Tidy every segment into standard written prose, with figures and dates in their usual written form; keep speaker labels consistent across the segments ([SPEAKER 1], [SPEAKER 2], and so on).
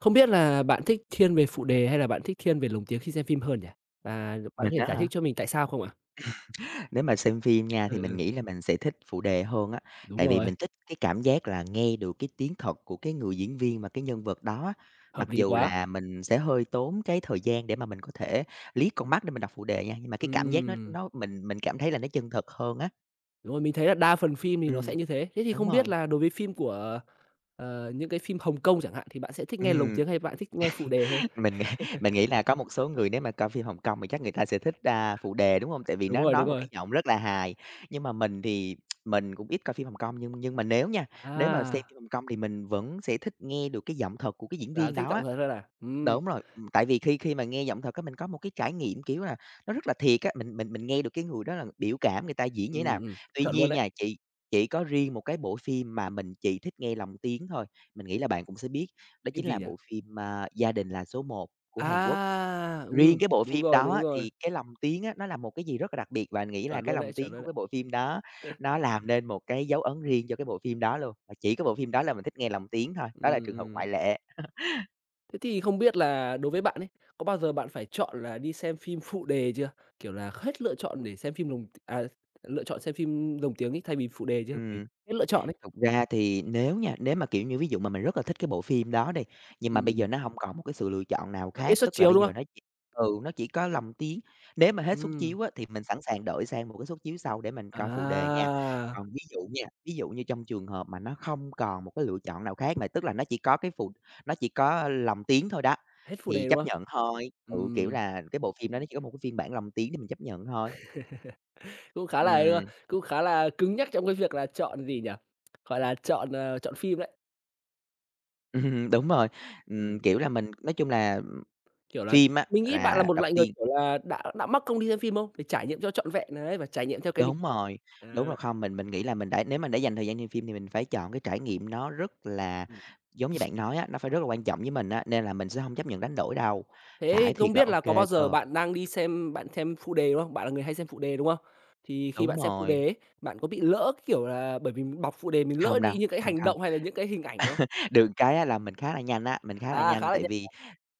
[SPEAKER 1] Không biết là bạn thích thiên về phụ đề hay là bạn thích thiên về lồng tiếng khi xem phim hơn nhỉ? Và bạn có
[SPEAKER 2] Mình
[SPEAKER 1] thể
[SPEAKER 2] á
[SPEAKER 1] giải
[SPEAKER 2] hả?
[SPEAKER 1] thích cho mình tại sao không ạ?
[SPEAKER 2] Nếu mà xem phim nha,
[SPEAKER 1] Ừ,
[SPEAKER 2] thì mình
[SPEAKER 1] ừ,
[SPEAKER 2] nghĩ là mình sẽ thích phụ đề hơn á,
[SPEAKER 1] đúng
[SPEAKER 2] tại vì
[SPEAKER 1] rồi,
[SPEAKER 2] mình thích cái cảm giác là nghe được cái tiếng thật của cái người diễn viên mà cái nhân vật đó á.
[SPEAKER 1] hợp
[SPEAKER 2] Mặc
[SPEAKER 1] lý
[SPEAKER 2] dù
[SPEAKER 1] quá.
[SPEAKER 2] là mình sẽ hơi tốn cái thời gian để mà mình có thể liếc con mắt để mình đọc phụ đề nha, nhưng mà cái cảm giác nó
[SPEAKER 1] Ừm,
[SPEAKER 2] nó mình cảm thấy là nó chân thật hơn á.
[SPEAKER 1] đúng rồi, mình thấy là đa phần phim thì nó sẽ
[SPEAKER 2] Ừm,
[SPEAKER 1] như thế. Thế thì
[SPEAKER 2] đúng
[SPEAKER 1] không biết
[SPEAKER 2] rồi,
[SPEAKER 1] là đối với phim của, những cái phim Hồng Kông chẳng hạn thì bạn sẽ thích nghe lồng
[SPEAKER 2] ừm.
[SPEAKER 1] tiếng hay bạn thích nghe phụ đề hơn?
[SPEAKER 2] Mình nghĩ mình nghĩ là có một số người nếu mà coi phim Hồng Kông thì chắc người ta sẽ thích, phụ đề, đúng hông? Tại vì
[SPEAKER 1] Đúng
[SPEAKER 2] nó
[SPEAKER 1] rồi, đúng
[SPEAKER 2] nói một
[SPEAKER 1] rồi.
[SPEAKER 2] cái giọng rất là hài. Nhưng mà mình thì mình cũng ít coi phim Hồng Kông, nhưng mà nếu nha, nếu mà xem
[SPEAKER 1] À,
[SPEAKER 2] phim Hồng Kông thì mình vẫn sẽ thích nghe được cái giọng thật của cái diễn
[SPEAKER 1] là
[SPEAKER 2] viên
[SPEAKER 1] thích
[SPEAKER 2] đó
[SPEAKER 1] giọng
[SPEAKER 2] á.
[SPEAKER 1] thật hơn à?
[SPEAKER 2] Đúng rồi, tại vì khi khi mà nghe giọng thật á, mình có một cái trải nghiệm, kiểu là, nó rất là thiệt á, mình nghe được cái người đó là biểu cảm người ta diễn như thế
[SPEAKER 1] Ừm,
[SPEAKER 2] nào.
[SPEAKER 1] ừm,
[SPEAKER 2] Tuy
[SPEAKER 1] chuẩn luôn
[SPEAKER 2] nhiên
[SPEAKER 1] đấy.
[SPEAKER 2] nha, chị, chỉ có riêng một cái bộ phim mà mình chỉ thích nghe lồng tiếng thôi, mình nghĩ là bạn cũng sẽ biết, đó
[SPEAKER 1] Phim
[SPEAKER 2] chính
[SPEAKER 1] gì
[SPEAKER 2] là
[SPEAKER 1] nhỉ?
[SPEAKER 2] bộ phim, "Gia đình là số một của Hàn Quốc."
[SPEAKER 1] À,
[SPEAKER 2] Riêng cái bộ phim đó
[SPEAKER 1] đúng
[SPEAKER 2] á,
[SPEAKER 1] rồi,
[SPEAKER 2] thì cái lồng tiếng á, nó là một cái gì rất là đặc biệt và mình nghĩ là
[SPEAKER 1] chuẩn
[SPEAKER 2] cái
[SPEAKER 1] luôn đấy,
[SPEAKER 2] lồng tiếng
[SPEAKER 1] chuẩn luôn
[SPEAKER 2] của
[SPEAKER 1] đấy.
[SPEAKER 2] cái bộ phim đó nó làm nên một cái dấu ấn riêng cho cái bộ phim đó luôn, và chỉ có bộ phim đó là mình thích nghe lồng tiếng thôi, đó là
[SPEAKER 1] Ừm,
[SPEAKER 2] trường hợp
[SPEAKER 1] ừm.
[SPEAKER 2] ngoại lệ.
[SPEAKER 1] Thế thì không biết là đối với bạn ấy, có bao giờ bạn phải chọn là đi xem phim phụ đề chưa? Kiểu là, hết lựa chọn để xem phim lồng à, lựa chọn xem phim lồng tiếng ấy thay vì phụ đề chưa? Bởi
[SPEAKER 2] Ừm.
[SPEAKER 1] hết lựa chọn ấy.
[SPEAKER 2] Thực ra thì nếu nha, nếu mà, kiểu như, ví dụ mà mình rất là thích cái bộ phim đó đi, nhưng
[SPEAKER 1] Ừm,
[SPEAKER 2] mà bây
[SPEAKER 1] ừm,
[SPEAKER 2] giờ nó hông còn một cái sự lựa chọn nào
[SPEAKER 1] kiểu, ít
[SPEAKER 2] khác,
[SPEAKER 1] suất
[SPEAKER 2] tức là
[SPEAKER 1] chiếu,
[SPEAKER 2] bây
[SPEAKER 1] đúng
[SPEAKER 2] giờ
[SPEAKER 1] không?
[SPEAKER 2] nó chỉ có Lồng Tiếng. Nếu mà hết suất
[SPEAKER 1] Ừm,
[SPEAKER 2] chiếu á, thì mình sẵn sàng đổi sang một cái suất chiếu sau để mình coi phụ đề nha.
[SPEAKER 1] à,
[SPEAKER 2] Còn ví dụ nha, ví dụ như trong trường hợp mà nó không còn một cái lựa chọn nào khác mà tức là nó chỉ có Lồng Tiếng thôi đó,
[SPEAKER 1] hết phụ
[SPEAKER 2] thì
[SPEAKER 1] đề, đúng
[SPEAKER 2] chấp
[SPEAKER 1] không?
[SPEAKER 2] nhận thôi. Ừ, kiểu
[SPEAKER 1] Ừm,
[SPEAKER 2] là, cái bộ phim đó nó chỉ có một cái phiên bản Lồng Tiếng thì mình chấp nhận thôi.
[SPEAKER 1] cũng khá là ấy, đúng
[SPEAKER 2] Ừm,
[SPEAKER 1] không? Cũng khá là cứng nhắc trong cái việc là chọn gì nhỉ? Gọi là, chọn, chọn phim đấy.
[SPEAKER 2] đúng rồi.
[SPEAKER 1] Ừm,
[SPEAKER 2] Kiểu là, mình nói chung là
[SPEAKER 1] kiểu là,
[SPEAKER 2] phim á
[SPEAKER 1] mình nghĩ bạn là
[SPEAKER 2] là
[SPEAKER 1] một
[SPEAKER 2] đầu
[SPEAKER 1] loại người,
[SPEAKER 2] tiên.
[SPEAKER 1] kiểu là, đã mắc công đi xem phim không? Để trải nghiệm cho trọn vẹn đấy, và trải nghiệm theo cái mình
[SPEAKER 2] Đúng rồi, đúng
[SPEAKER 1] à.
[SPEAKER 2] rồi, không, mình nghĩ là mình đã nếu mà để dành thời gian xem phim thì mình phải chọn cái trải nghiệm nó rất là giống như bạn nói á, nó phải rất là quan trọng với mình á, nên là mình sẽ hông chấp nhận đánh đổi đâu,
[SPEAKER 1] Thế
[SPEAKER 2] phải
[SPEAKER 1] không
[SPEAKER 2] thiệt là
[SPEAKER 1] biết
[SPEAKER 2] ô
[SPEAKER 1] là có bao
[SPEAKER 2] kê
[SPEAKER 1] giờ
[SPEAKER 2] cơ.
[SPEAKER 1] bạn đang đi xem bạn xem phụ đề, đúng không? Bạn là người hay xem phụ đề, đúng không? Thì khi
[SPEAKER 2] Đúng
[SPEAKER 1] bạn xem phụ đề
[SPEAKER 2] rồi,
[SPEAKER 1] ấy, bạn có bị lỡ, kiểu là, bởi vì mình bọc phụ đề mình lỡ
[SPEAKER 2] không đâu,
[SPEAKER 1] đi những cái
[SPEAKER 2] không,
[SPEAKER 1] hành
[SPEAKER 2] không.
[SPEAKER 1] động hay là những cái hình ảnh không?
[SPEAKER 2] Được cái á là mình khá là nhanh á, mình khá là
[SPEAKER 1] À, khá
[SPEAKER 2] nhanh
[SPEAKER 1] là
[SPEAKER 2] tại
[SPEAKER 1] nhàn,
[SPEAKER 2] vì,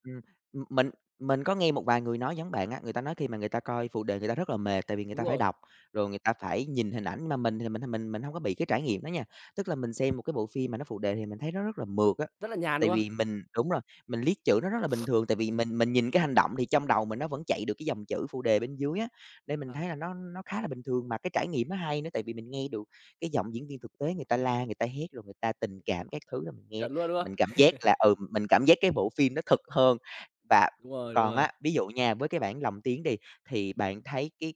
[SPEAKER 2] ừm, ừm, mình mình có nghe một vài người nói giống bạn á, người ta nói khi mà người ta coi phụ đề người ta rất là mệt, tại vì người
[SPEAKER 1] đúng
[SPEAKER 2] ta phải
[SPEAKER 1] rồi,
[SPEAKER 2] đọc, rồi người ta phải nhìn hình ảnh, nhưng mà mình thì mình hông có bị cái trải nghiệm đó nha. Tức là mình xem một cái bộ phim mà nó phụ đề thì mình thấy nó rất là mượt á,
[SPEAKER 1] rất là nhàn, đúng
[SPEAKER 2] tại
[SPEAKER 1] không?
[SPEAKER 2] vì mình đúng rồi, mình liếc chữ nó rất là bình thường, tại vì mình nhìn cái hành động thì trong đầu mình nó vẫn chạy được cái dòng chữ phụ đề bên dưới á, nên mình
[SPEAKER 1] À,
[SPEAKER 2] thấy là nó khá là bình thường mà cái trải nghiệm nó hay nữa tại vì mình nghe được cái giọng diễn viên thực tế người ta la, người ta hét rồi người ta tình cảm các thứ là mình nghe
[SPEAKER 1] chuẩn luôn, đúng
[SPEAKER 2] mình cảm
[SPEAKER 1] không?
[SPEAKER 2] giác là, mình cảm giác cái bộ phim nó thực hơn. Và
[SPEAKER 1] Đúng
[SPEAKER 2] còn
[SPEAKER 1] rồi,
[SPEAKER 2] á, ví dụ nha, với cái bản lồng tiếng đi, thì bạn thấy cái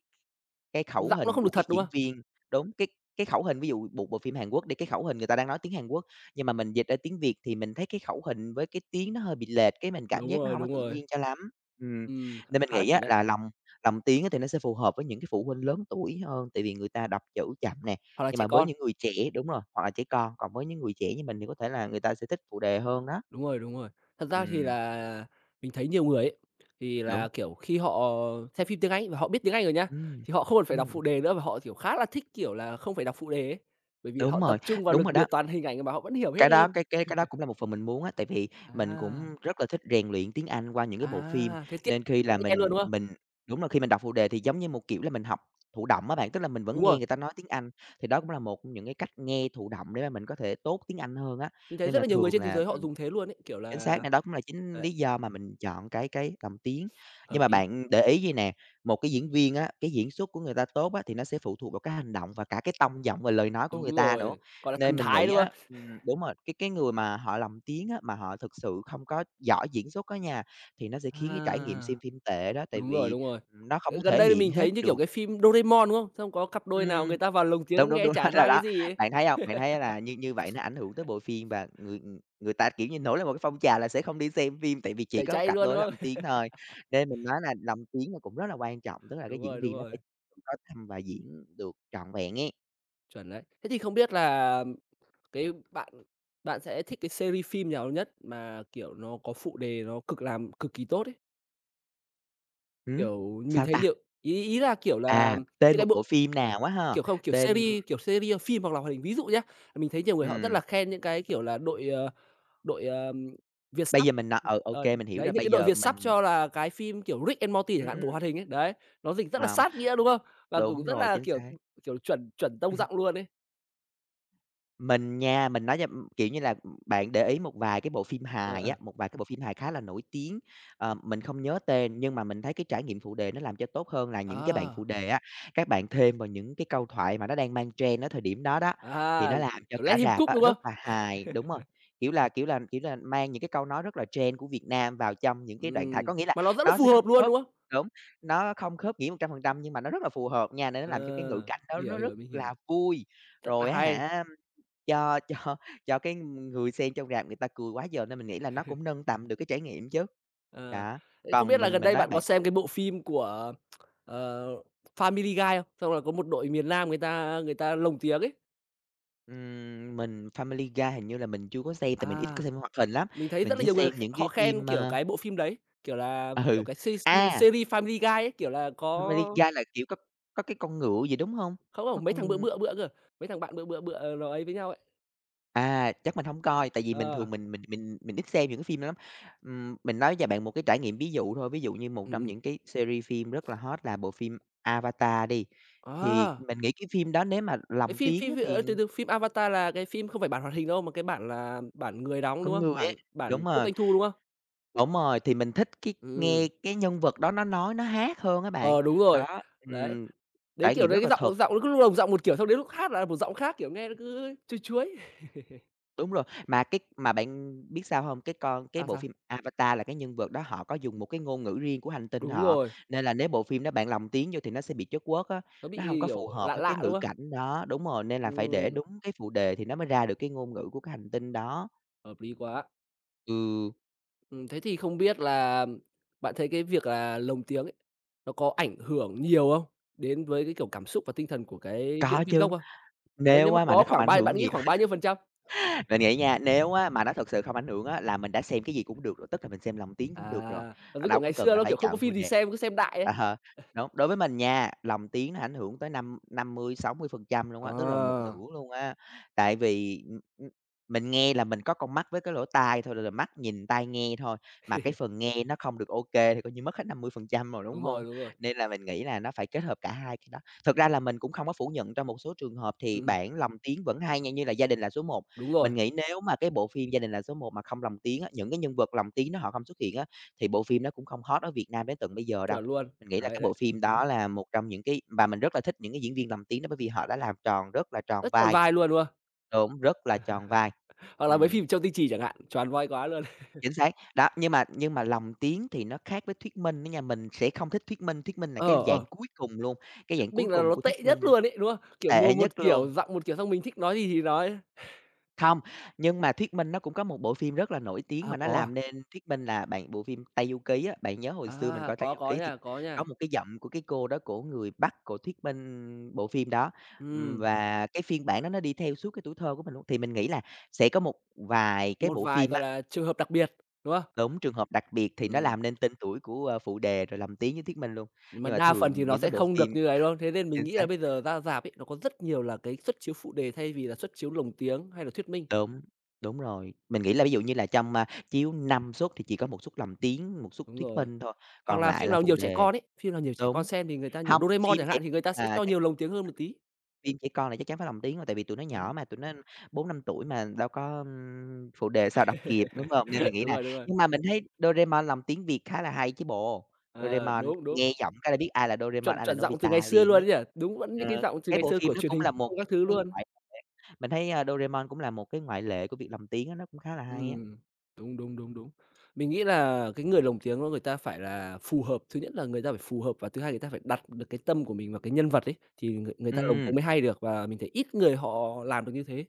[SPEAKER 2] cái khẩu
[SPEAKER 1] giọng nó
[SPEAKER 2] hình
[SPEAKER 1] không
[SPEAKER 2] của
[SPEAKER 1] được thật,
[SPEAKER 2] cái
[SPEAKER 1] đúng không?
[SPEAKER 2] diễn viên đúng, cái khẩu hình ví dụ một bộ phim Hàn Quốc đi, cái khẩu hình người ta đang nói tiếng Hàn Quốc, nhưng mà mình dịch ra tiếng Việt thì mình thấy cái khẩu hình với cái tiếng nó hơi bị lệch, cái mình cảm giác nó hông có
[SPEAKER 1] Đúng
[SPEAKER 2] tự
[SPEAKER 1] rồi,
[SPEAKER 2] nhiên cho lắm. Ừm, nên mình
[SPEAKER 1] khá là
[SPEAKER 2] nghĩ á
[SPEAKER 1] chuẩn đấy,
[SPEAKER 2] là lồng lồng tiếng á thì nó sẽ phù hợp với những cái phụ huynh lớn tuổi hơn, tại vì người ta đọc chữ chậm nè,
[SPEAKER 1] hoặc là
[SPEAKER 2] nhưng
[SPEAKER 1] trẻ
[SPEAKER 2] mà với
[SPEAKER 1] con.
[SPEAKER 2] những người trẻ đúng rồi, hoặc là trẻ con, còn với những người trẻ như mình thì có thể là người ta sẽ thích phụ đề hơn đó.
[SPEAKER 1] Đúng rồi, đúng rồi. Thật ra thì
[SPEAKER 2] Ừm,
[SPEAKER 1] là mình thấy nhiều người ấy, thì
[SPEAKER 2] đúng,
[SPEAKER 1] là, kiểu, khi họ xem phim tiếng Anh và họ biết tiếng Anh rồi nhá,
[SPEAKER 2] ừm,
[SPEAKER 1] thì họ không cần phải đọc phụ
[SPEAKER 2] ừm,
[SPEAKER 1] đề nữa và họ, kiểu, khá là thích, kiểu là, không phải đọc phụ đề ấy, bởi vì họ
[SPEAKER 2] đúng
[SPEAKER 1] tập
[SPEAKER 2] rồi,
[SPEAKER 1] trung vào
[SPEAKER 2] đúng
[SPEAKER 1] lực
[SPEAKER 2] rồi
[SPEAKER 1] nhiều
[SPEAKER 2] đó.
[SPEAKER 1] toàn hình ảnh mà họ vẫn hiểu hết
[SPEAKER 2] Cái đó
[SPEAKER 1] hơn.
[SPEAKER 2] cái cái cái đó cũng là một phần mình muốn á, tại vì mình
[SPEAKER 1] À,
[SPEAKER 2] cũng rất là thích rèn luyện tiếng Anh qua những cái bộ phim,
[SPEAKER 1] à, thế tiện
[SPEAKER 2] nên khi
[SPEAKER 1] tiện
[SPEAKER 2] là
[SPEAKER 1] nghe luôn,
[SPEAKER 2] mình
[SPEAKER 1] đúng không?
[SPEAKER 2] mình đúng là khi mình đọc phụ đề thì giống như một kiểu là mình học thụ động á bạn, tức là mình vẫn
[SPEAKER 1] Đúng rồi,
[SPEAKER 2] nghe người ta nói tiếng Anh, thì đó cũng là một trong những cái cách nghe thụ động để mà mình có thể tốt tiếng Anh hơn á.
[SPEAKER 1] mình thấy
[SPEAKER 2] Nên
[SPEAKER 1] rất
[SPEAKER 2] là
[SPEAKER 1] là nhiều người
[SPEAKER 2] thường
[SPEAKER 1] trên thế
[SPEAKER 2] là
[SPEAKER 1] giới họ dùng thế luôn ấy, kiểu
[SPEAKER 2] Chính xác
[SPEAKER 1] là
[SPEAKER 2] nè, đó cũng là chính
[SPEAKER 1] đấy,
[SPEAKER 2] lý do mà mình chọn cái lồng tiếng. Nhưng
[SPEAKER 1] hợp
[SPEAKER 2] mà
[SPEAKER 1] lý.
[SPEAKER 2] bạn để ý gì nè, một cái diễn viên á, cái diễn xuất của người ta tốt á, thì nó sẽ phụ thuộc vào cái hành động và cả cái tông giọng và lời nói của người
[SPEAKER 1] Đúng
[SPEAKER 2] ta nữa.
[SPEAKER 1] rồi, gọi là thần
[SPEAKER 2] Nên mình
[SPEAKER 1] thái,
[SPEAKER 2] nghĩ
[SPEAKER 1] đúng
[SPEAKER 2] á
[SPEAKER 1] không?
[SPEAKER 2] đúng rồi, cái người mà họ lồng tiếng á, mà họ thực sự không có giỏi diễn xuất á nha, thì nó sẽ khiến cái trải nghiệm
[SPEAKER 1] À.
[SPEAKER 2] xem phim tệ đó, tại
[SPEAKER 1] Đúng rồi,
[SPEAKER 2] vì,
[SPEAKER 1] đúng rồi.
[SPEAKER 2] nó không
[SPEAKER 1] Ờ,
[SPEAKER 2] có
[SPEAKER 1] gần
[SPEAKER 2] thể
[SPEAKER 1] đây thì
[SPEAKER 2] hiện
[SPEAKER 1] mình thấy
[SPEAKER 2] hết
[SPEAKER 1] như kiểu
[SPEAKER 2] được.
[SPEAKER 1] cái phim Doraemon, đúng không? Xong có cặp đôi nào người
[SPEAKER 2] Ừm.
[SPEAKER 1] ta vào lồng
[SPEAKER 2] Đúng,
[SPEAKER 1] tiếng
[SPEAKER 2] đúng,
[SPEAKER 1] nghe
[SPEAKER 2] đúng,
[SPEAKER 1] chả
[SPEAKER 2] là
[SPEAKER 1] ra cái
[SPEAKER 2] đó.
[SPEAKER 1] gì ấy,
[SPEAKER 2] Bạn thấy hông? Bạn thấy là như như vậy nó ảnh hưởng tới bộ phim và người ta, kiểu như, nổi lên một cái phong trào là sẽ không đi xem phim tại vì chỉ
[SPEAKER 1] tẩy
[SPEAKER 2] có
[SPEAKER 1] chay
[SPEAKER 2] cặp
[SPEAKER 1] luôn,
[SPEAKER 2] đôi
[SPEAKER 1] đúng
[SPEAKER 2] đó lồng
[SPEAKER 1] không?
[SPEAKER 2] tiếng thôi. Nên mình nói là lồng tiếng nó cũng rất là quan trọng, tức là cái diễn
[SPEAKER 1] Đúng
[SPEAKER 2] viên nó
[SPEAKER 1] rồi,
[SPEAKER 2] phải có tâm và diễn được trọn vẹn ấy.
[SPEAKER 1] chuẩn đấy. Thế thì không biết là cái bạn bạn sẽ thích cái series phim nào nhất mà, kiểu, nó có phụ đề nó cực làm cực kỳ tốt ấy?
[SPEAKER 2] Ừm,
[SPEAKER 1] Kiểu, mình
[SPEAKER 2] sao
[SPEAKER 1] thấy
[SPEAKER 2] ta?
[SPEAKER 1] nhiều ý ý là, kiểu là,
[SPEAKER 2] À,
[SPEAKER 1] những
[SPEAKER 2] tên một
[SPEAKER 1] cái
[SPEAKER 2] bộ
[SPEAKER 1] bộ
[SPEAKER 2] phim nào á ha?
[SPEAKER 1] kiểu không,
[SPEAKER 2] Tên
[SPEAKER 1] kiểu series phim hoặc là hoạt hình. Ví dụ nhá, mình thấy nhiều người họ rất là
[SPEAKER 2] ừm,
[SPEAKER 1] khen những cái, kiểu là, đội, đội,
[SPEAKER 2] bây
[SPEAKER 1] Vietsat
[SPEAKER 2] giờ mình nói ừ, ô
[SPEAKER 1] Ờ,
[SPEAKER 2] kê, mình hiểu
[SPEAKER 1] đấy,
[SPEAKER 2] rồi,
[SPEAKER 1] những
[SPEAKER 2] bây
[SPEAKER 1] cái đội
[SPEAKER 2] giờ
[SPEAKER 1] Việt sắp
[SPEAKER 2] mình
[SPEAKER 1] cho là cái phim kiểu Rick and Morty chẳng hạn, bộ
[SPEAKER 2] ừm,
[SPEAKER 1] hoạt hình ấy, đấy, nó dịch rất là
[SPEAKER 2] hông,
[SPEAKER 1] sát nghĩa, đúng không? Và
[SPEAKER 2] đúng
[SPEAKER 1] cũng rất
[SPEAKER 2] rồi,
[SPEAKER 1] là,
[SPEAKER 2] chính
[SPEAKER 1] kiểu,
[SPEAKER 2] xác.
[SPEAKER 1] kiểu, chuẩn chuẩn tông giọng luôn ấy.
[SPEAKER 2] Mình nha, mình nói cho kiểu như là, bạn để ý một vài cái bộ phim
[SPEAKER 1] Ờ,
[SPEAKER 2] hài á,
[SPEAKER 1] ờ.
[SPEAKER 2] một vài cái bộ phim hài khá là nổi tiếng, mình không nhớ tên nhưng mà mình thấy cái trải nghiệm phụ đề nó làm cho tốt hơn là những cái bạn
[SPEAKER 1] Ờ,
[SPEAKER 2] phụ đề á, các bạn thêm vào những cái câu thoại mà nó đang mang trend ở thời điểm đó đó, thì
[SPEAKER 1] à,
[SPEAKER 2] nó làm cho
[SPEAKER 1] kiểu, "Let
[SPEAKER 2] cả
[SPEAKER 1] him
[SPEAKER 2] rạp
[SPEAKER 1] cook",
[SPEAKER 2] á
[SPEAKER 1] đúng không?
[SPEAKER 2] rất là hài đúng rồi, kiểu là, mang những cái câu nói rất là trend của Việt Nam vào trong những cái đoạn thoại, có nghĩa là
[SPEAKER 1] Mà nó rất là
[SPEAKER 2] nó
[SPEAKER 1] phù
[SPEAKER 2] sẽ không
[SPEAKER 1] hợp luôn,
[SPEAKER 2] khớp
[SPEAKER 1] đúng không?
[SPEAKER 2] đúng, nó không khớp nghĩa 100% nhưng mà nó rất là phù hợp nha, nên nó làm cho cái ngữ
[SPEAKER 1] Ờ,
[SPEAKER 2] cảnh đó
[SPEAKER 1] hiểu,
[SPEAKER 2] nó
[SPEAKER 1] hiểu,
[SPEAKER 2] rất
[SPEAKER 1] mình hiểu,
[SPEAKER 2] là vui.
[SPEAKER 1] rất là
[SPEAKER 2] Rồi á
[SPEAKER 1] hay.
[SPEAKER 2] hả cho cho cho cái người xem trong rạp người ta cười quá giờ nên mình nghĩ là nó cũng nâng tầm được cái trải nghiệm chứ.
[SPEAKER 1] Ờ,
[SPEAKER 2] Đó,
[SPEAKER 1] thế không biết
[SPEAKER 2] còn
[SPEAKER 1] là
[SPEAKER 2] mình
[SPEAKER 1] gần
[SPEAKER 2] mình
[SPEAKER 1] đây
[SPEAKER 2] nói
[SPEAKER 1] bạn có
[SPEAKER 2] bạn,
[SPEAKER 1] xem cái bộ phim của, ờ, Family Guy không? Xong là có một đội miền Nam người ta lồng tiếng ấy.
[SPEAKER 2] mình Family Guy hình như là mình chưa có xem tại mình ít
[SPEAKER 1] À.
[SPEAKER 2] có xem hoạt hình lắm,
[SPEAKER 1] Mình thấy
[SPEAKER 2] mình
[SPEAKER 1] rất là
[SPEAKER 2] chỉ
[SPEAKER 1] nhiều người
[SPEAKER 2] xem những
[SPEAKER 1] họ
[SPEAKER 2] cái
[SPEAKER 1] khen,
[SPEAKER 2] phim,
[SPEAKER 1] kiểu, cái bộ phim đấy, kiểu là, kiểu,
[SPEAKER 2] ừ,
[SPEAKER 1] cái se se
[SPEAKER 2] à,
[SPEAKER 1] series Family Guy ấy, kiểu là, có
[SPEAKER 2] Family Guy là, kiểu, có cái con ngựa gì, đúng hông?
[SPEAKER 1] không,
[SPEAKER 2] Có
[SPEAKER 1] không, mấy thằng bựa
[SPEAKER 2] con
[SPEAKER 1] bựa bựa cơ, mấy thằng bạn bựa bựa bựa nó ấy với nhau ấy.
[SPEAKER 2] À, chắc mình hổng coi, tại vì mình
[SPEAKER 1] Ờ,
[SPEAKER 2] thường mình ít xem những cái phim đó lắm. Mình nói cho bạn một cái trải nghiệm ví dụ thôi, ví dụ như một trong
[SPEAKER 1] ừm.
[SPEAKER 2] những cái series phim rất là hot là bộ phim Avatar đi, thì
[SPEAKER 1] Ờ,
[SPEAKER 2] mình nghĩ cái phim đó nếu mà
[SPEAKER 1] cái
[SPEAKER 2] lồng
[SPEAKER 1] phim
[SPEAKER 2] tiếng á
[SPEAKER 1] phim phim,
[SPEAKER 2] thì
[SPEAKER 1] từ từ, phim Avatar là cái phim không phải bản hoạt hình đâu, mà cái bản là bản người đóng, đúng
[SPEAKER 2] con
[SPEAKER 1] không?
[SPEAKER 2] người á
[SPEAKER 1] Bản Bản
[SPEAKER 2] đúng
[SPEAKER 1] Tốt
[SPEAKER 2] rồi,
[SPEAKER 1] Doanh Thu, đúng không?
[SPEAKER 2] đúng rồi, thì mình thích cái
[SPEAKER 1] Ừm,
[SPEAKER 2] nghe cái nhân vật đó nó nói, nó hát hơn á bạn.
[SPEAKER 1] ờ, đúng rồi,
[SPEAKER 2] Đó,
[SPEAKER 1] đấy, đến,
[SPEAKER 2] trải
[SPEAKER 1] kiểu,
[SPEAKER 2] nghiệm
[SPEAKER 1] đấy
[SPEAKER 2] rất
[SPEAKER 1] cái
[SPEAKER 2] là
[SPEAKER 1] giọng
[SPEAKER 2] thực.
[SPEAKER 1] giọng nó cứ lúc đầu giọng một kiểu, xong đến lúc hát là một giọng khác, kiểu, nghe nó cứ chuối chuối.
[SPEAKER 2] Đúng rồi, mà cái mà bạn biết sao hông? Cái
[SPEAKER 1] À,
[SPEAKER 2] bộ
[SPEAKER 1] sao?
[SPEAKER 2] phim Avatar là cái nhân vật đó họ có dùng một cái ngôn ngữ riêng của hành tinh
[SPEAKER 1] Đúng
[SPEAKER 2] họ,
[SPEAKER 1] rồi,
[SPEAKER 2] nên là nếu bộ phim đó bạn lồng tiếng vô thì nó sẽ bị chất quốc á,
[SPEAKER 1] nó bị,
[SPEAKER 2] nó hông có phù
[SPEAKER 1] kiểu,
[SPEAKER 2] hợp
[SPEAKER 1] lạ
[SPEAKER 2] với cái
[SPEAKER 1] lạ, đúng
[SPEAKER 2] ngữ
[SPEAKER 1] không?
[SPEAKER 2] cảnh đó đúng rồi, nên là phải để
[SPEAKER 1] Ừm,
[SPEAKER 2] đúng cái phụ đề thì nó mới ra được cái ngôn ngữ của cái hành tinh đó.
[SPEAKER 1] hợp lý quá.
[SPEAKER 2] Ừ,
[SPEAKER 1] Thế thì không biết là bạn thấy cái việc là lồng tiếng ấy, nó có ảnh hưởng nhiều không đến với cái, kiểu, cảm xúc và tinh thần của cái diễn
[SPEAKER 2] có
[SPEAKER 1] viên gốc
[SPEAKER 2] chứ,
[SPEAKER 1] không? Đấy, nếu
[SPEAKER 2] nếu
[SPEAKER 1] mà
[SPEAKER 2] á mà
[SPEAKER 1] có
[SPEAKER 2] nó không
[SPEAKER 1] khoảng
[SPEAKER 2] ảnh
[SPEAKER 1] bao bạn
[SPEAKER 2] hưởng
[SPEAKER 1] nghĩ
[SPEAKER 2] nhiều.
[SPEAKER 1] khoảng bao nhiêu phần trăm?
[SPEAKER 2] Mình nghĩ nha, nếu á mà nó thực sự không ảnh hưởng á là mình đã xem cái gì cũng được rồi, tức là mình xem lồng tiếng cũng được rồi,
[SPEAKER 1] À, giống
[SPEAKER 2] à,
[SPEAKER 1] như kiểu
[SPEAKER 2] đâu
[SPEAKER 1] ngày
[SPEAKER 2] có cần
[SPEAKER 1] xưa
[SPEAKER 2] là
[SPEAKER 1] nó,
[SPEAKER 2] phải
[SPEAKER 1] kiểu, không có
[SPEAKER 2] chọn phụ
[SPEAKER 1] phim gì
[SPEAKER 2] đề.
[SPEAKER 1] xem cứ xem đại ấy.
[SPEAKER 2] Ờ, đúng, đối với mình nha, lồng tiếng nó ảnh hưởng tới năm năm mươi, 60% luôn
[SPEAKER 1] Ờ,
[SPEAKER 2] á, tức là một nửa luôn á. Tại vì, mình nghe là mình có con mắt với cái lỗ tai thôi, là mắt nhìn tai nghe thôi, mà cái phần nghe nó không được ok thì coi như mất hết 50% rồi, đúng
[SPEAKER 1] đúng
[SPEAKER 2] không?
[SPEAKER 1] rồi, đúng rồi.
[SPEAKER 2] Nên là mình nghĩ là nó phải kết hợp cả hai cái đó. Thực ra là mình cũng không có phủ nhận trong một số trường hợp thì
[SPEAKER 1] Ừm,
[SPEAKER 2] bảng lồng tiếng vẫn hay nha, như là "Gia đình là số một".
[SPEAKER 1] đúng rồi,
[SPEAKER 2] Mình nghĩ nếu mà cái bộ phim "Gia đình là số một" mà không lồng tiếng á, những cái nhân vật lồng tiếng nó họ không xuất hiện á, thì bộ phim nó cũng không hot ở Việt Nam đến tận bây giờ đâu.
[SPEAKER 1] chuẩn luôn.
[SPEAKER 2] Mình nghĩ là cái
[SPEAKER 1] Đấy,
[SPEAKER 2] bộ
[SPEAKER 1] đấy,
[SPEAKER 2] phim
[SPEAKER 1] đúng,
[SPEAKER 2] đó là một trong những cái và mình rất là thích những cái diễn viên lồng tiếng đó bởi vì họ đã làm tròn rất là tròn
[SPEAKER 1] rất tròn
[SPEAKER 2] vai.
[SPEAKER 1] vai luôn, đúng không?
[SPEAKER 2] Đúng, rất là tròn vai.
[SPEAKER 1] Hoặc là mấy
[SPEAKER 2] Ừm,
[SPEAKER 1] phim Châu Tinh Trì chẳng hạn, tròn vai quá luôn.
[SPEAKER 2] chính xác. Đó, nhưng mà lồng tiếng thì nó khác với thuyết minh đó nha, mình sẽ không thích thuyết minh là cái
[SPEAKER 1] Ờ, ờ,
[SPEAKER 2] dạng cuối cùng luôn, cái
[SPEAKER 1] thuyết
[SPEAKER 2] dạng
[SPEAKER 1] minh
[SPEAKER 2] cuối
[SPEAKER 1] là
[SPEAKER 2] cùng
[SPEAKER 1] nó
[SPEAKER 2] của thuyết
[SPEAKER 1] tệ nhất
[SPEAKER 2] minh.
[SPEAKER 1] luôn ấy, đúng không? Kiểu,
[SPEAKER 2] Tệ
[SPEAKER 1] mồm
[SPEAKER 2] nhất
[SPEAKER 1] một
[SPEAKER 2] luôn.
[SPEAKER 1] kiểu, giọng một kiểu, xong mình thích nói gì thì nói.
[SPEAKER 2] Không, nhưng mà thuyết minh nó cũng có một bộ phim rất là nổi tiếng
[SPEAKER 1] À,
[SPEAKER 2] mà nó
[SPEAKER 1] có à?
[SPEAKER 2] làm nên thuyết minh là bạn bộ phim Tây Du Ký á, bạn nhớ hồi xưa mình
[SPEAKER 1] À,
[SPEAKER 2] coi Tây Du
[SPEAKER 1] có
[SPEAKER 2] Ký thì
[SPEAKER 1] nha, có nha.
[SPEAKER 2] có một cái giọng của cái cô đó, cổ người Bắc, của thuyết minh bộ phim đó.
[SPEAKER 1] Ừm,
[SPEAKER 2] Và cái phiên bản đó nó đi theo suốt cái tuổi thơ của mình luôn, thì mình nghĩ là sẽ có một vài cái
[SPEAKER 1] một
[SPEAKER 2] bộ
[SPEAKER 1] vài,
[SPEAKER 2] phim
[SPEAKER 1] gọi
[SPEAKER 2] á,
[SPEAKER 1] là, trường hợp đặc biệt, đúng không?
[SPEAKER 2] đúng trường hợp đặc biệt thì nó
[SPEAKER 1] Ừm,
[SPEAKER 2] làm nên tên tuổi của, ơ, phụ đề rồi lồng tiếng với thuyết minh luôn.
[SPEAKER 1] mà
[SPEAKER 2] Nhưng mà
[SPEAKER 1] đa phần thì
[SPEAKER 2] thường
[SPEAKER 1] nó
[SPEAKER 2] những cái
[SPEAKER 1] sẽ
[SPEAKER 2] bộ
[SPEAKER 1] không được
[SPEAKER 2] phim
[SPEAKER 1] như ấy, đúng không? Thế nên mình
[SPEAKER 2] chính
[SPEAKER 1] nghĩ là
[SPEAKER 2] xác.
[SPEAKER 1] bây giờ ra rạp ấy, nó có rất nhiều là cái suất chiếu phụ đề thay vì là suất chiếu lồng tiếng hay là thuyết minh.
[SPEAKER 2] Đúng, đúng rồi. Mình nghĩ là ví dụ như là trong, a, chiếu 5 suất thì chỉ có một suất lồng tiếng, một suất
[SPEAKER 1] Đúng
[SPEAKER 2] thuyết
[SPEAKER 1] rồi.
[SPEAKER 2] minh thôi,
[SPEAKER 1] Hoặc
[SPEAKER 2] còn
[SPEAKER 1] là
[SPEAKER 2] lại
[SPEAKER 1] phim
[SPEAKER 2] là
[SPEAKER 1] nào
[SPEAKER 2] phụ
[SPEAKER 1] nhiều trẻ
[SPEAKER 2] đề
[SPEAKER 1] con ấy, phim nào nhiều trẻ con
[SPEAKER 2] đúng.
[SPEAKER 1] xem thì người ta nhiều
[SPEAKER 2] Hông,
[SPEAKER 1] Doraemon
[SPEAKER 2] phim
[SPEAKER 1] chẳng
[SPEAKER 2] chỉ
[SPEAKER 1] hạn thì người ta sẽ
[SPEAKER 2] là
[SPEAKER 1] cho
[SPEAKER 2] chắc
[SPEAKER 1] nhiều lồng tiếng hơn một tí.
[SPEAKER 2] Phim trẻ con là chắc chắn phải lồng tiếng rồi, tại vì tụi nó
[SPEAKER 1] Đấy.
[SPEAKER 2] nhỏ mà, tụi nó 4 5 tuổi mà đâu có, phụ đề sao đọc kịp, đúng hông? Nên mình nghĩ
[SPEAKER 1] Đúng
[SPEAKER 2] là
[SPEAKER 1] rồi, đúng rồi.
[SPEAKER 2] Nhưng mà mình thấy Doraemon lồng tiếng Việt khá là hay chứ bộ.
[SPEAKER 1] Ờ,
[SPEAKER 2] Doraemon
[SPEAKER 1] đúng, đúng.
[SPEAKER 2] nghe giọng cái là biết ai là Doraemon,
[SPEAKER 1] Chuẩn
[SPEAKER 2] ai là
[SPEAKER 1] chuẩn giọng từ ngày
[SPEAKER 2] Nobita
[SPEAKER 1] xưa
[SPEAKER 2] liền
[SPEAKER 1] luôn
[SPEAKER 2] ấy.
[SPEAKER 1] ấy nhỉ? Đúng vẫn như cái
[SPEAKER 2] Ờ,
[SPEAKER 1] giọng từ
[SPEAKER 2] cái
[SPEAKER 1] ngày
[SPEAKER 2] bộ
[SPEAKER 1] xưa
[SPEAKER 2] phim
[SPEAKER 1] của
[SPEAKER 2] nó
[SPEAKER 1] truyền
[SPEAKER 2] cũng
[SPEAKER 1] hình
[SPEAKER 2] là một
[SPEAKER 1] các thứ
[SPEAKER 2] cái
[SPEAKER 1] luôn.
[SPEAKER 2] ngoại lệ, mình thấy, a, Doraemon cũng là một cái ngoại lệ của việc lồng tiếng á, nó cũng khá là hay á.
[SPEAKER 1] Ừm, đúng, đúng, đúng, đúng. Mình nghĩ là cái người lồng tiếng đó người ta phải là phù hợp, thứ nhất là người ta phải phù hợp và thứ hai người ta phải đặt được cái tâm của mình vào cái nhân vật ấy, thì người người ta lồng
[SPEAKER 2] Ừm.
[SPEAKER 1] tiếng mới hay được và mình thấy ít người họ làm được như thế.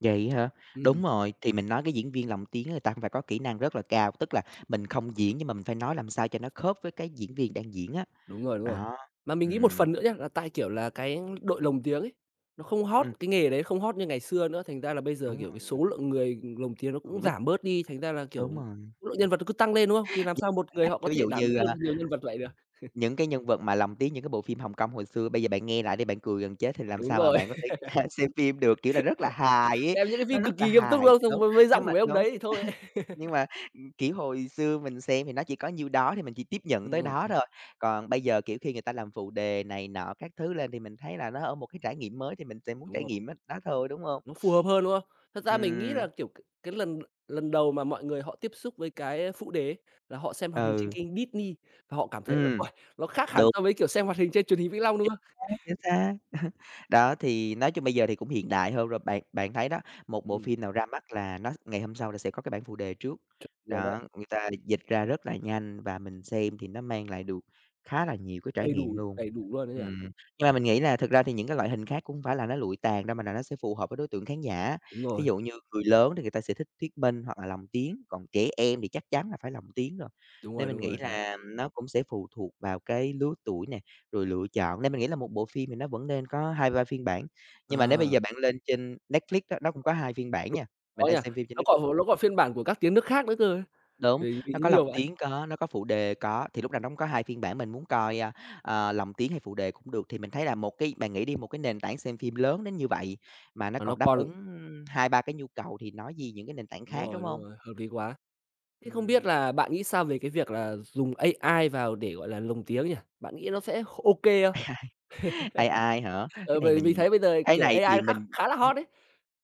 [SPEAKER 2] Vậy hả?
[SPEAKER 1] Ừm, ừm,
[SPEAKER 2] Đúng rồi, thì mình nói cái diễn viên lồng tiếng người ta cũng phải có kỹ năng rất là cao, tức là mình không diễn nhưng mà mình phải nói làm sao cho nó khớp với cái diễn viên đang diễn á.
[SPEAKER 1] đúng rồi, đúng rồi.
[SPEAKER 2] Đó,
[SPEAKER 1] Mà mình nghĩ một
[SPEAKER 2] ừm,
[SPEAKER 1] phần nữa nhá, là tại, kiểu là, cái đội lồng tiếng ấy, nó không hot,
[SPEAKER 2] ừm,
[SPEAKER 1] cái nghề đấy không hot như ngày xưa nữa, thành ra là bây giờ,
[SPEAKER 2] đúng
[SPEAKER 1] kiểu, cái
[SPEAKER 2] rồi,
[SPEAKER 1] số lượng người lồng tiếng nó cũng
[SPEAKER 2] cũng biết
[SPEAKER 1] giảm bớt đi, thành ra là, kiểu,
[SPEAKER 2] đúng rồi.
[SPEAKER 1] số lượng nhân vật nó cứ tăng lên, đúng không? Thì làm
[SPEAKER 2] Nhưng
[SPEAKER 1] sao
[SPEAKER 2] mà
[SPEAKER 1] một
[SPEAKER 2] các
[SPEAKER 1] người
[SPEAKER 2] bạn
[SPEAKER 1] họ có
[SPEAKER 2] ví
[SPEAKER 1] thể
[SPEAKER 2] dụ
[SPEAKER 1] đảm
[SPEAKER 2] như,
[SPEAKER 1] đương
[SPEAKER 2] a,
[SPEAKER 1] được nhiều nhân vật vậy được?
[SPEAKER 2] những cái nhân vật mà lồng tiếng những cái bộ phim Hồng Kông hồi xưa, bây giờ bạn nghe lại đi, bạn cười gần chết thì làm
[SPEAKER 1] Đúng
[SPEAKER 2] sao mà
[SPEAKER 1] rồi.
[SPEAKER 2] bạn có thể xem phim được, kiểu là, rất là hài ấy,
[SPEAKER 1] Xem những cái
[SPEAKER 2] nó
[SPEAKER 1] phim cực
[SPEAKER 2] rất là
[SPEAKER 1] kỳ nghiêm túc, đúng
[SPEAKER 2] hài,
[SPEAKER 1] không? Xong với giọng của mấy ông
[SPEAKER 2] đúng
[SPEAKER 1] đấy thì thôi ấy.
[SPEAKER 2] Nhưng mà, kiểu, hồi xưa mình xem thì nó chỉ có nhiêu đó thì mình chỉ tiếp nhận
[SPEAKER 1] Ừm,
[SPEAKER 2] tới
[SPEAKER 1] ừm,
[SPEAKER 2] đó
[SPEAKER 1] ừm,
[SPEAKER 2] thôi. Còn bây giờ, kiểu, khi người ta làm phụ đề này nọ các thứ lên thì mình thấy là nó ở một cái trải nghiệm mới thì mình sẽ muốn
[SPEAKER 1] đúng
[SPEAKER 2] trải
[SPEAKER 1] rồi,
[SPEAKER 2] nghiệm á, đó thôi, đúng hông?
[SPEAKER 1] nó phù hợp hơn, đúng không? Thật ra mình nghĩ
[SPEAKER 2] Ừm,
[SPEAKER 1] là, kiểu, cái lần lần đầu mà mọi người họ tiếp xúc với cái phụ đề ấy, là họ xem hoạt hình trên
[SPEAKER 2] ừ,
[SPEAKER 1] kênh Disney và họ cảm thấy là,
[SPEAKER 2] ừm,
[SPEAKER 1] uầy, nó khác hẳn
[SPEAKER 2] đúng.
[SPEAKER 1] so với, kiểu, xem hoạt hình trên truyền hình Vĩnh Long, đúng không?
[SPEAKER 2] Chính xác. Đó, thì nói chung bây giờ thì cũng hiện đại hơn rồi, bạn bạn thấy đó, một bộ
[SPEAKER 1] Ừm,
[SPEAKER 2] phim nào ra mắt là nó ngày hôm sau là sẽ có cái bản phụ đề trước.
[SPEAKER 1] chuẩn đấy,
[SPEAKER 2] Đó, người ta dịch ra rất là nhanh và mình xem thì nó mang lại được khá là nhiều cái trải nghiệm luôn.
[SPEAKER 1] đầy đủ luôn ấy nhỉ?
[SPEAKER 2] Ừm, nhưng mà mình nghĩ là thực ra thì những cái loại hình khác cũng hông phải là nó lụi tàn đâu, mà là nó sẽ phù hợp với đối tượng khán giả.
[SPEAKER 1] Đúng
[SPEAKER 2] Thí
[SPEAKER 1] rồi,
[SPEAKER 2] dụ như người lớn thì người ta sẽ thích thuyết minh hoặc là lồng tiếng, còn trẻ em thì chắc chắn là phải lồng tiếng rồi.
[SPEAKER 1] đúng rồi,
[SPEAKER 2] Nên mình
[SPEAKER 1] đúng
[SPEAKER 2] nghĩ
[SPEAKER 1] rồi, đấy.
[SPEAKER 2] là nó cũng sẽ phụ thuộc vào cái lứa tuổi nè, rồi lựa chọn, nên mình nghĩ là một bộ phim thì nó vẫn nên có 2 3 phiên bản, nhưng mà nếu bây
[SPEAKER 1] Ờ,
[SPEAKER 2] giờ bạn lên trên Netflix đó, nó cũng có 2 phiên bản nha, mình
[SPEAKER 1] có nhỉ?
[SPEAKER 2] hay xem phim trên Netflix
[SPEAKER 1] Nó còn phiên bản của các tiếng nước khác nữa cơ ấy,
[SPEAKER 2] đúng,
[SPEAKER 1] vì
[SPEAKER 2] nó
[SPEAKER 1] vì nó
[SPEAKER 2] có
[SPEAKER 1] nhiều
[SPEAKER 2] lồng
[SPEAKER 1] vậy.
[SPEAKER 2] tiếng có, nó có phụ đề có, thì lúc nào nó cũng có 2 phiên bản, mình muốn coi, a, ờ, lồng tiếng hay phụ đề cũng được. Thì mình thấy là một cái bạn nghĩ đi, một cái nền tảng xem phim lớn đến như vậy mà nó
[SPEAKER 1] Mà nó
[SPEAKER 2] còn đáp
[SPEAKER 1] còn
[SPEAKER 2] ứng 2 3 cái nhu cầu thì nói gì những cái nền tảng khác, đúng
[SPEAKER 1] đúng
[SPEAKER 2] không?
[SPEAKER 1] rồi, hợp lý quá. Thế không biết
[SPEAKER 2] Ừm,
[SPEAKER 1] là bạn nghĩ sao về cái việc là dùng AI vào để, gọi là, lồng tiếng nhỉ? Bạn nghĩ nó sẽ ok không?
[SPEAKER 2] AI ai hả? Cái
[SPEAKER 1] Ờ,
[SPEAKER 2] này
[SPEAKER 1] bởi vì mình
[SPEAKER 2] mình
[SPEAKER 1] thấy bây giờ,
[SPEAKER 2] cái
[SPEAKER 1] kiểu,
[SPEAKER 2] này
[SPEAKER 1] AI
[SPEAKER 2] thì
[SPEAKER 1] khá
[SPEAKER 2] mình
[SPEAKER 1] khá là hot đấy.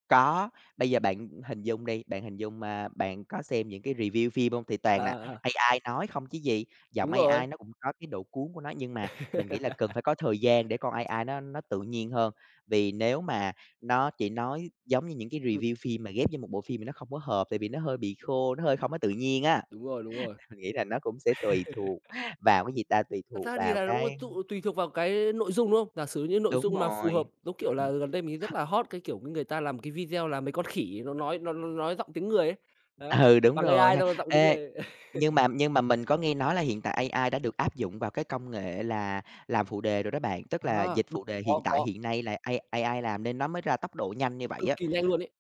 [SPEAKER 2] Có, bây giờ bạn hình dung đi, bạn hình dung, a, bạn có xem những cái review phim hông? Thì
[SPEAKER 1] Ờ,
[SPEAKER 2] toàn là
[SPEAKER 1] ờ, ờ,
[SPEAKER 2] AI nói không chứ gì, giọng
[SPEAKER 1] đúng rồi.
[SPEAKER 2] AI nó cũng có cái độ cuốn của nó, nhưng mà mình nghĩ là cần phải có thời gian để con AI nó tự nhiên hơn. Vì nếu mà nó chỉ nói giống như những cái
[SPEAKER 1] Ừm,
[SPEAKER 2] review phim mà ghép vô một bộ phim thì nó không có hợp, tại vì nó hơi bị khô, nó hơi không có tự nhiên á.
[SPEAKER 1] đúng rồi, đúng rồi.
[SPEAKER 2] Mình nghĩ là nó cũng sẽ tùy thuộc vào cái gì ta, tùy
[SPEAKER 1] Thật
[SPEAKER 2] thuộc
[SPEAKER 1] ra thì
[SPEAKER 2] vào
[SPEAKER 1] là đúng là
[SPEAKER 2] cái
[SPEAKER 1] tùy thuộc vào cái nội dung, đúng không? Giả sử như nội
[SPEAKER 2] đúng
[SPEAKER 1] dung mà phù hợp,
[SPEAKER 2] rồi,
[SPEAKER 1] giống kiểu là,
[SPEAKER 2] ừm,
[SPEAKER 1] gần đây mình rất là hot cái, kiểu, người ta làm cái video là mấy con khỉ nó nói nó nói giọng tiếng người ấy. Đấy,
[SPEAKER 2] Ừ, đúng
[SPEAKER 1] bằng
[SPEAKER 2] rồi
[SPEAKER 1] AI
[SPEAKER 2] ha.
[SPEAKER 1] xong rồi giọng tiếng
[SPEAKER 2] Ê,
[SPEAKER 1] người.
[SPEAKER 2] nhưng mà mình có nghe nói là hiện tại AI đã được áp dụng vào cái công nghệ là làm phụ đề rồi đó bạn, tức là
[SPEAKER 1] À,
[SPEAKER 2] dịch
[SPEAKER 1] đúng,
[SPEAKER 2] phụ đề
[SPEAKER 1] có,
[SPEAKER 2] hiện nay là AI AI làm nên nó mới ra tốc độ nhanh như vậy
[SPEAKER 1] cực
[SPEAKER 2] á.
[SPEAKER 1] kỳ nhanh luôn ấy.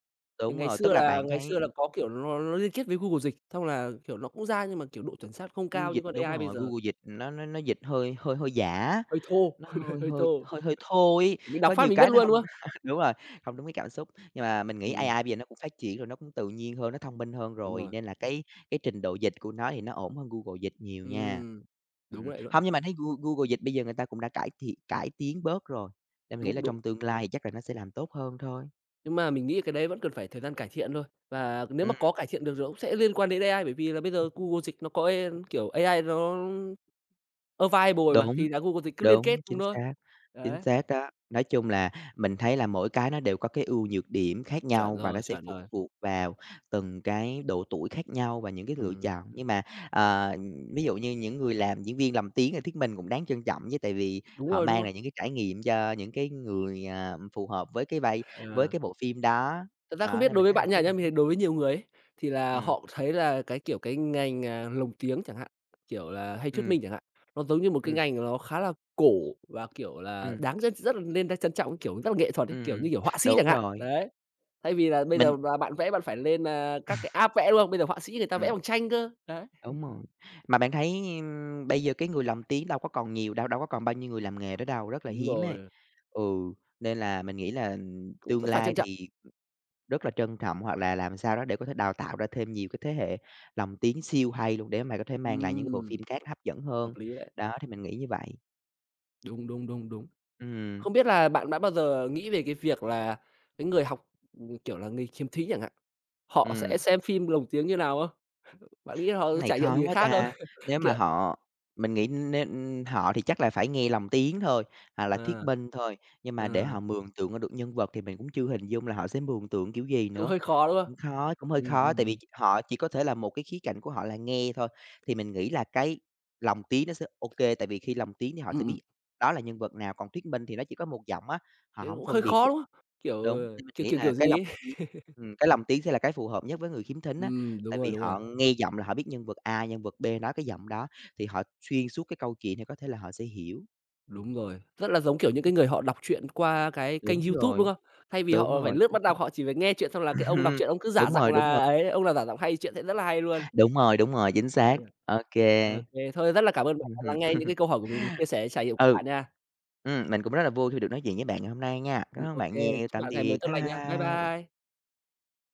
[SPEAKER 1] Thì
[SPEAKER 2] Đúng rồi, tức là bạn
[SPEAKER 1] ngày
[SPEAKER 2] thấy
[SPEAKER 1] xưa là có, kiểu, nó liên kết với Google Dịch, xong là, kiểu, nó cũng ra nhưng mà, kiểu, độ chuẩn xác không
[SPEAKER 2] Google
[SPEAKER 1] cao như
[SPEAKER 2] dịch
[SPEAKER 1] con
[SPEAKER 2] đúng
[SPEAKER 1] AI bây
[SPEAKER 2] rồi,
[SPEAKER 1] giờ,
[SPEAKER 2] Google dịch nó dịch hơi hơi hơi giả.
[SPEAKER 1] hơi thô,
[SPEAKER 2] Nó hơi
[SPEAKER 1] hơi
[SPEAKER 2] hơi
[SPEAKER 1] thô,
[SPEAKER 2] hơi hơi thô ấy,
[SPEAKER 1] kiểu, mình đọc
[SPEAKER 2] có
[SPEAKER 1] phát
[SPEAKER 2] nhiều
[SPEAKER 1] mình biết
[SPEAKER 2] cái nó
[SPEAKER 1] luôn,
[SPEAKER 2] hông
[SPEAKER 1] đúng không?
[SPEAKER 2] đúng rồi, không đúng cái cảm xúc. Nhưng mà mình nghĩ
[SPEAKER 1] Ừm,
[SPEAKER 2] AI bây giờ nó cũng phát triển rồi, nó cũng tự nhiên hơn, nó thông minh hơn
[SPEAKER 1] đúng
[SPEAKER 2] rồi,
[SPEAKER 1] rồi.
[SPEAKER 2] nên là cái trình độ dịch của nó thì nó ổn hơn Google Dịch nhiều nha.
[SPEAKER 1] Ừm, đúng vậy luôn,
[SPEAKER 2] Hông, nhưng mà thấy Google Dịch bây giờ người ta cũng đã cải thiện cải tiến bớt rồi, nên mình nghĩ là
[SPEAKER 1] đúng, đúng.
[SPEAKER 2] trong tương lai thì chắc là nó sẽ làm tốt hơn thôi.
[SPEAKER 1] Nhưng mà mình nghĩ cái đấy vẫn cần phải thời gian cải thiện thôi, và nếu mà
[SPEAKER 2] Ừm,
[SPEAKER 1] có cải thiện được rồi cũng sẽ liên quan đến AI, bởi vì là bây giờ Google Dịch nó có kiểu, AI nó available mà,
[SPEAKER 2] đúng.
[SPEAKER 1] thì là Google Dịch cứ liên kết
[SPEAKER 2] Đúng,
[SPEAKER 1] cùng thôi.
[SPEAKER 2] chính
[SPEAKER 1] Đấy,
[SPEAKER 2] xác đó. Nói chung là mình thấy là mỗi cái nó đều có cái ưu nhược điểm khác
[SPEAKER 1] chuẩn
[SPEAKER 2] nhau và nó
[SPEAKER 1] rồi,
[SPEAKER 2] sẽ
[SPEAKER 1] chuẩn
[SPEAKER 2] phụ
[SPEAKER 1] rồi.
[SPEAKER 2] thuộc vào từng cái độ tuổi khác nhau và những cái lựa
[SPEAKER 1] Ừm,
[SPEAKER 2] chọn. Nhưng mà, ờ, ví dụ như những người làm diễn viên lồng tiếng thì thuyết mình cũng đáng trân trọng chứ, tại vì
[SPEAKER 1] đúng
[SPEAKER 2] họ
[SPEAKER 1] rồi, đúng
[SPEAKER 2] mang
[SPEAKER 1] rồi.
[SPEAKER 2] lại những cái trải nghiệm cho những cái người, à, phù hợp với cái vai với
[SPEAKER 1] Ờ.
[SPEAKER 2] cái bộ phim đó.
[SPEAKER 1] Thật ra không
[SPEAKER 2] Đó,
[SPEAKER 1] biết
[SPEAKER 2] nên
[SPEAKER 1] đối
[SPEAKER 2] mình
[SPEAKER 1] với
[SPEAKER 2] thấy là
[SPEAKER 1] bạn nha,
[SPEAKER 2] cái
[SPEAKER 1] nhá,
[SPEAKER 2] nào
[SPEAKER 1] mình thấy
[SPEAKER 2] cũng
[SPEAKER 1] đối với nhiều người ấy, thì là
[SPEAKER 2] ừm,
[SPEAKER 1] họ thấy là cái, kiểu, cái ngành, lồng tiếng chẳng hạn, kiểu là, hay thuyết
[SPEAKER 2] ừm,
[SPEAKER 1] minh chẳng hạn, nó giống như một cái
[SPEAKER 2] ừm,
[SPEAKER 1] ngành nó khá là cổ và, kiểu là,
[SPEAKER 2] ừm,
[SPEAKER 1] đáng rất rất là nên trân trọng, kiểu, rất là nghệ thuật ấy, kiểu như
[SPEAKER 2] ừm,
[SPEAKER 1] kiểu họa sĩ
[SPEAKER 2] đúng
[SPEAKER 1] chẳng hạn.
[SPEAKER 2] rồi,
[SPEAKER 1] Đấy, thay vì là bây
[SPEAKER 2] mình
[SPEAKER 1] giờ là bạn vẽ bạn phải lên, các cái app vẽ, đúng không? Bây giờ họa sĩ người ta vẽ
[SPEAKER 2] ừm.
[SPEAKER 1] bằng tranh cơ. Đấy,
[SPEAKER 2] Đúng rồi. Mà bạn thấy, bây giờ cái người lồng tiếng đâu có còn nhiều đâu, đâu có còn bao nhiêu người làm nghề đó đâu, rất là
[SPEAKER 1] đúng
[SPEAKER 2] hiếm ấy.
[SPEAKER 1] rồi,
[SPEAKER 2] Ừ, nên là mình nghĩ là,
[SPEAKER 1] cũng
[SPEAKER 2] tương
[SPEAKER 1] rất phải trân
[SPEAKER 2] lai
[SPEAKER 1] trọng.
[SPEAKER 2] thì rất là trân trọng hoặc là làm sao đó để có thể đào tạo ra thêm nhiều cái thế hệ lồng tiếng siêu hay luôn để mà có thể mang lại những cái bộ
[SPEAKER 1] Ừm,
[SPEAKER 2] phim khác hấp dẫn
[SPEAKER 1] hợp
[SPEAKER 2] hơn.
[SPEAKER 1] lý đấy.
[SPEAKER 2] Đó, thì mình nghĩ như vậy.
[SPEAKER 1] Đúng, đúng, đúng, đúng.
[SPEAKER 2] Ừ.
[SPEAKER 1] Không biết là bạn đã bao giờ nghĩ về cái việc là cái người học, kiểu là, người khiếm thí chẳng hạn họ sẽ
[SPEAKER 2] Ừm.
[SPEAKER 1] xem phim lồng tiếng như nào không? Bạn nghĩ là họ
[SPEAKER 2] Cái này
[SPEAKER 1] trải nghiệm
[SPEAKER 2] khó
[SPEAKER 1] gì
[SPEAKER 2] quá
[SPEAKER 1] khác không?
[SPEAKER 2] ta. Nếu mà
[SPEAKER 1] Kiểu
[SPEAKER 2] họ mình nghĩ nên, Họ thì chắc là phải nghe lòng tiếng thôi, hoặc là
[SPEAKER 1] à
[SPEAKER 2] thuyết minh thôi, nhưng mà để
[SPEAKER 1] ờ,
[SPEAKER 2] họ mường tượng ra được nhân vật thì mình cũng chưa hình dung là họ sẽ mường tượng kiểu gì
[SPEAKER 1] cũng
[SPEAKER 2] nữa.
[SPEAKER 1] hơi khó, đúng không?
[SPEAKER 2] Cũng khó, cũng hơi
[SPEAKER 1] Ừm,
[SPEAKER 2] khó,
[SPEAKER 1] ừm,
[SPEAKER 2] tại
[SPEAKER 1] ừm.
[SPEAKER 2] vì họ chỉ có thể là một cái khía cạnh của họ là nghe thôi, thì mình nghĩ là cái lòng tiếng nó sẽ ok tại vì khi lòng tiếng thì họ
[SPEAKER 1] Ừm,
[SPEAKER 2] sẽ
[SPEAKER 1] ừm,
[SPEAKER 2] biết đó là nhân vật nào, còn thuyết minh thì nó chỉ có một giọng á, họ
[SPEAKER 1] thế
[SPEAKER 2] hổng
[SPEAKER 1] cũng hơi
[SPEAKER 2] phân biệt.
[SPEAKER 1] khó, đúng không? Kiểu,
[SPEAKER 2] Đúng,
[SPEAKER 1] ờ,
[SPEAKER 2] thì mình
[SPEAKER 1] kiểu,
[SPEAKER 2] nghĩ
[SPEAKER 1] kiểu,
[SPEAKER 2] là
[SPEAKER 1] kiểu gì ấy?
[SPEAKER 2] cái lồng tiếng sẽ là cái phù hợp nhất với người khiếm thính á,
[SPEAKER 1] Đúng
[SPEAKER 2] tại
[SPEAKER 1] rồi,
[SPEAKER 2] vì
[SPEAKER 1] đúng rồi,
[SPEAKER 2] họ nghe giọng là họ biết nhân vật A, nhân vật B nói cái giọng đó, thì họ xuyên suốt cái câu chuyện thì có thể là họ sẽ hiểu. Ừm.
[SPEAKER 1] đúng rồi. Rất là giống, kiểu, những cái người họ đọc truyện qua cái kênh
[SPEAKER 2] Đúng
[SPEAKER 1] YouTube, đúng
[SPEAKER 2] rồi,
[SPEAKER 1] không? Thay vì
[SPEAKER 2] đúng
[SPEAKER 1] họ phải
[SPEAKER 2] rồi,
[SPEAKER 1] lướt
[SPEAKER 2] chính
[SPEAKER 1] bắt
[SPEAKER 2] xác.
[SPEAKER 1] đọc, họ chỉ phải nghe chuyện xong là cái ông đọc
[SPEAKER 2] Ừm,
[SPEAKER 1] truyện ông cứ giả
[SPEAKER 2] Đúng
[SPEAKER 1] giọng
[SPEAKER 2] rồi, đúng rồi,
[SPEAKER 1] là ấy, ông là giả giọng hay, chuyện sẽ rất là hay luôn.
[SPEAKER 2] đúng rồi, đúng rồi, chính xác.
[SPEAKER 1] Ừ.
[SPEAKER 2] Ô
[SPEAKER 1] Ô
[SPEAKER 2] kê.
[SPEAKER 1] thôi rất là cảm ơn bạn đã lắng nghe
[SPEAKER 2] Hưm.
[SPEAKER 1] những cái câu hỏi của mình và chia sẻ trải nghiệm của
[SPEAKER 2] Ừ.
[SPEAKER 1] bạn nha.
[SPEAKER 2] Mình cũng rất là vui khi được nói chuyện với bạn ngày hôm nay nha. Cảm ơn
[SPEAKER 1] Ô
[SPEAKER 2] bạn nhiều,
[SPEAKER 1] chúc
[SPEAKER 2] tạm
[SPEAKER 1] bạn ngày mới
[SPEAKER 2] biệt,
[SPEAKER 1] tốt
[SPEAKER 2] bye
[SPEAKER 1] lành nha. Bye
[SPEAKER 2] bye.
[SPEAKER 1] bye.